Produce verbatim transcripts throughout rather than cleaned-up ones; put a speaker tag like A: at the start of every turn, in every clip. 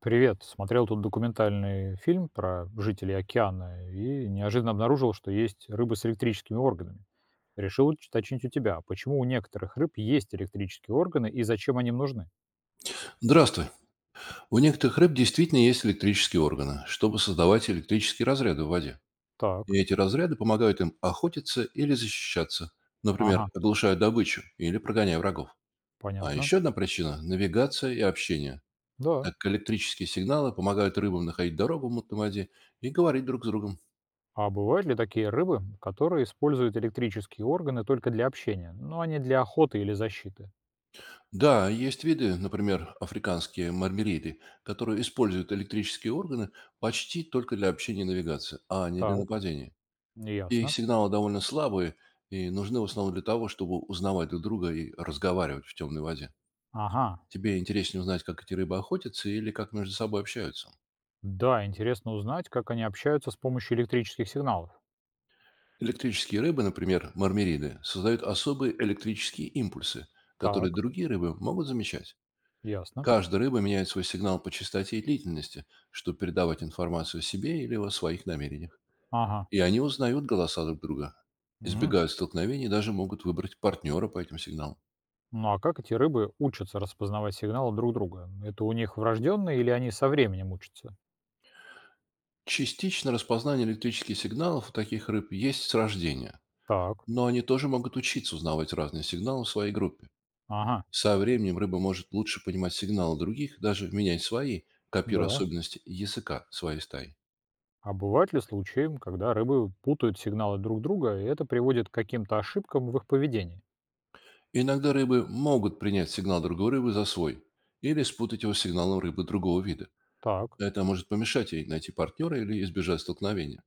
A: Привет. Смотрел тут документальный фильм про жителей океана и неожиданно обнаружил, что есть рыбы с электрическими органами. Решил уч- уточнить у тебя, почему у некоторых рыб есть электрические органы и зачем они им нужны?
B: Здравствуй. У некоторых рыб действительно есть электрические органы, чтобы создавать электрические разряды в воде.
A: Так.
B: И эти разряды помогают им охотиться или защищаться. Например,
A: Ага,
B: оглушая добычу или прогоняя врагов. А
A: понятно.
B: еще одна причина– навигация и общение.
A: Да.
B: Так как электрические сигналы помогают рыбам находить дорогу в мутной воде и говорить друг с другом.
A: А бывают ли такие рыбы, которые используют электрические органы только для общения, но а не для охоты или защиты?
B: Да, есть виды, например, африканские мармериды, которые используют электрические органы почти только для общения и навигации, а не для
A: Так,
B: нападения. И
A: ясно.
B: сигналы довольно слабые и нужны в основном для того, чтобы узнавать друг друга и разговаривать в темной воде.
A: Ага.
B: Тебе интереснее узнать, как эти рыбы охотятся или как между собой общаются.
A: Да, интересно узнать, как они общаются с помощью электрических сигналов.
B: Электрические рыбы, например, мармериды, создают особые электрические импульсы, которые
A: Так,
B: другие рыбы могут замечать.
A: ясно.
B: Каждая рыба меняет свой сигнал по частоте и длительности, чтобы передавать информацию о себе или о своих намерениях.
A: Ага.
B: И они узнают голоса друг друга,
A: М.
B: избегают столкновений и даже могут выбрать партнера по этим сигналам.
A: Ну а как эти рыбы учатся распознавать сигналы друг друга? Это у них врожденные или они со временем учатся?
B: Частично распознание электрических сигналов у таких рыб есть с рождения,
A: Так,
B: но они тоже могут учиться узнавать разные сигналы в своей группе.
A: ага,
B: Со временем рыба может лучше понимать сигналы других, даже менять свои, копируя
A: да.
B: особенности языка своей стаи.
A: А бывают ли случаи, когда рыбы путают сигналы друг друга, и это приводит к каким-то ошибкам в их поведении?
B: Иногда рыбы могут принять сигнал другой рыбы за свой или спутать его с сигналом рыбы другого вида.
A: Так,
B: Это может помешать ей найти партнера или избежать столкновения.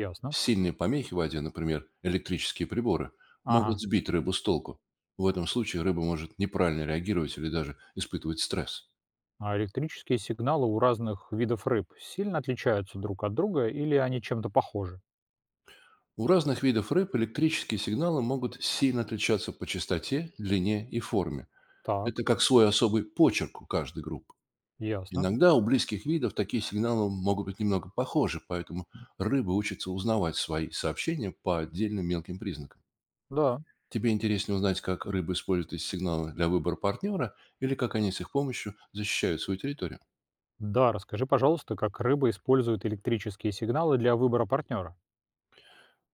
A: ясно.
B: Сильные помехи в воде, например, электрические приборы, могут
A: Ага.
B: сбить рыбу с толку. В этом случае рыба может неправильно реагировать или даже испытывать стресс.
A: А электрические сигналы у разных видов рыб сильно отличаются друг от друга или они чем-то похожи?
B: У разных видов рыб электрические сигналы могут сильно отличаться по частоте, длине и форме. Это
A: Так,
B: как свой особый почерк у каждой группы.
A: ясно.
B: Иногда у близких видов такие сигналы могут быть немного похожи, поэтому рыбы учатся узнавать свои сообщения по отдельным мелким признакам.
A: Да.
B: Тебе интереснее узнать, как рыбы используют эти сигналы для выбора партнера или как они с их помощью защищают свою территорию.
A: Да, расскажи, пожалуйста, как рыбы используют электрические сигналы для выбора партнера.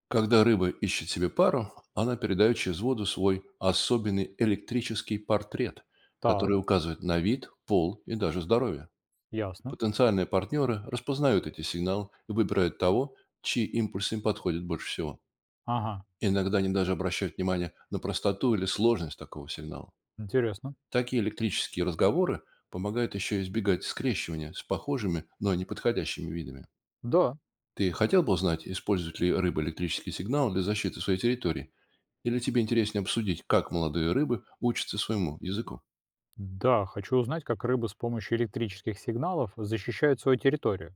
B: Когда рыба ищет себе пару, она передает через воду свой особенный электрический портрет, который
A: Так.
B: указывает на вид, пол и даже здоровье.
A: Ясно.
B: Потенциальные партнеры распознают эти сигналы и выбирают того, чьи импульсы им подходят больше всего.
A: Ага,
B: Иногда они даже обращают внимание на простоту или сложность такого сигнала.
A: интересно.
B: Такие электрические разговоры помогают еще избегать скрещивания с похожими, но неподходящими видами.
A: Да,
B: Ты хотел бы узнать, использует ли рыба электрический сигнал для защиты своей территории? Или тебе интереснее обсудить, как молодые рыбы учатся своему языку?
A: да, хочу узнать, как рыбы с помощью электрических сигналов защищают свою территорию.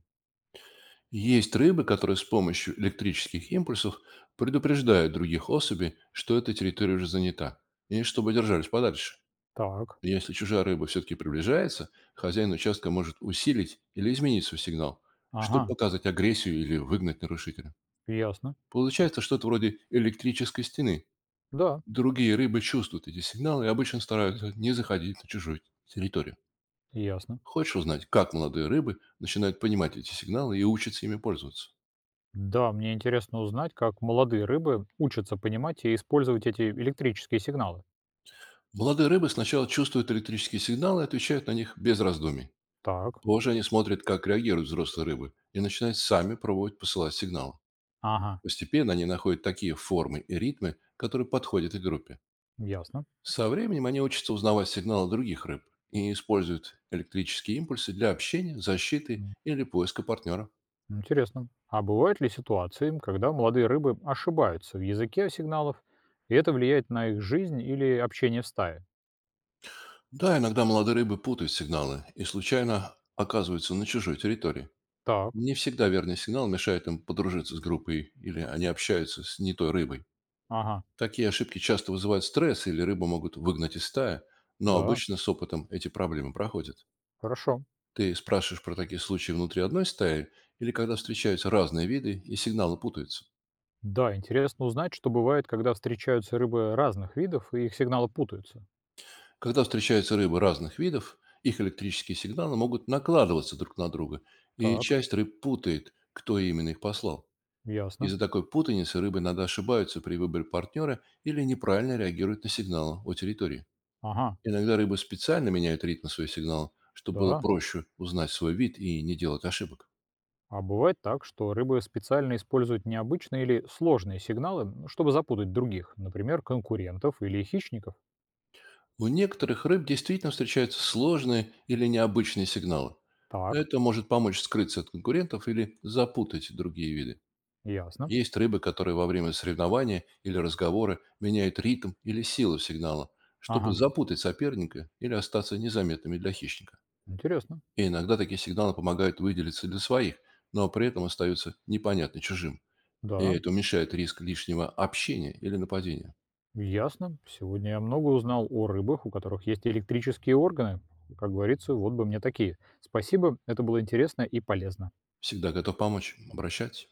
B: Есть рыбы, которые с помощью электрических импульсов предупреждают других особей, что эта территория уже занята, и чтобы держались подальше.
A: Так,
B: Если чужая рыба все-таки приближается, хозяин участка может усилить или изменить свой сигнал, чтобы
A: ага,
B: показать агрессию или выгнать нарушителя.
A: ясно.
B: Получается что-то вроде электрической стены.
A: Да,
B: Другие рыбы чувствуют эти сигналы и обычно стараются не заходить на чужую территорию.
A: ясно.
B: Хочешь узнать, как молодые рыбы начинают понимать эти сигналы и учатся ими пользоваться?
A: Да, мне интересно узнать, как молодые рыбы учатся понимать и использовать эти электрические сигналы.
B: Молодые рыбы сначала чувствуют электрические сигналы и отвечают на них без раздумий.
A: Так,
B: Позже они смотрят, как реагируют взрослые рыбы, и начинают сами пробовать посылать сигналы.
A: ага,
B: Постепенно они находят такие формы и ритмы, которые подходят и группе.
A: ясно.
B: Со временем они учатся узнавать сигналы других рыб и используют электрические импульсы для общения, защиты
A: М,
B: или поиска партнера.
A: интересно. А бывают ли ситуации, когда молодые рыбы ошибаются в языке сигналов, и это влияет на их жизнь или общение в стае?
B: Да, иногда молодые рыбы путают сигналы и случайно оказываются на чужой территории.
A: Так,
B: Не всегда верный сигнал мешает им подружиться с группой или они общаются с не той рыбой.
A: ага,
B: Такие ошибки часто вызывают стресс или рыбу могут выгнать из стаи, но
A: да,
B: обычно с опытом эти проблемы проходят.
A: хорошо.
B: Ты спрашиваешь про такие случаи внутри одной стаи или когда встречаются разные виды и сигналы путаются?
A: Да, интересно узнать, что бывает, когда встречаются рыбы разных видов, и их сигналы путаются.
B: Когда встречаются рыбы разных видов, их электрические сигналы могут накладываться друг на друга, и
A: Так,
B: часть рыб путает, кто именно их послал.
A: ясно.
B: Из-за такой путаницы рыбы иногда ошибаются при выборе партнера или неправильно реагируют на сигналы о территории.
A: Ага,
B: Иногда рыбы специально меняют ритм своих сигналов, чтобы было
A: да.
B: проще узнать свой вид и не делать ошибок.
A: А бывает так, что рыбы специально используют необычные или сложные сигналы, м, чтобы запутать других, например, конкурентов или хищников.
B: У некоторых рыб действительно встречаются сложные или необычные сигналы.
A: Так,
B: Это может помочь скрыться от конкурентов или запутать другие виды.
A: ясно.
B: Есть рыбы, которые во время соревнования или разговора меняют ритм или силу сигнала, чтобы
A: Ага,
B: запутать соперника или остаться незаметными для хищника.
A: интересно.
B: И иногда такие сигналы помогают выделиться для своих, но при этом остаются непонятны чужим. И
A: Да,
B: это уменьшает риск лишнего общения или нападения.
A: ясно. Сегодня я много узнал о рыбах, у которых есть электрические органы. Как говорится, вот бы мне такие. Спасибо, это было интересно и полезно.
B: Всегда готов помочь. Обращайтесь.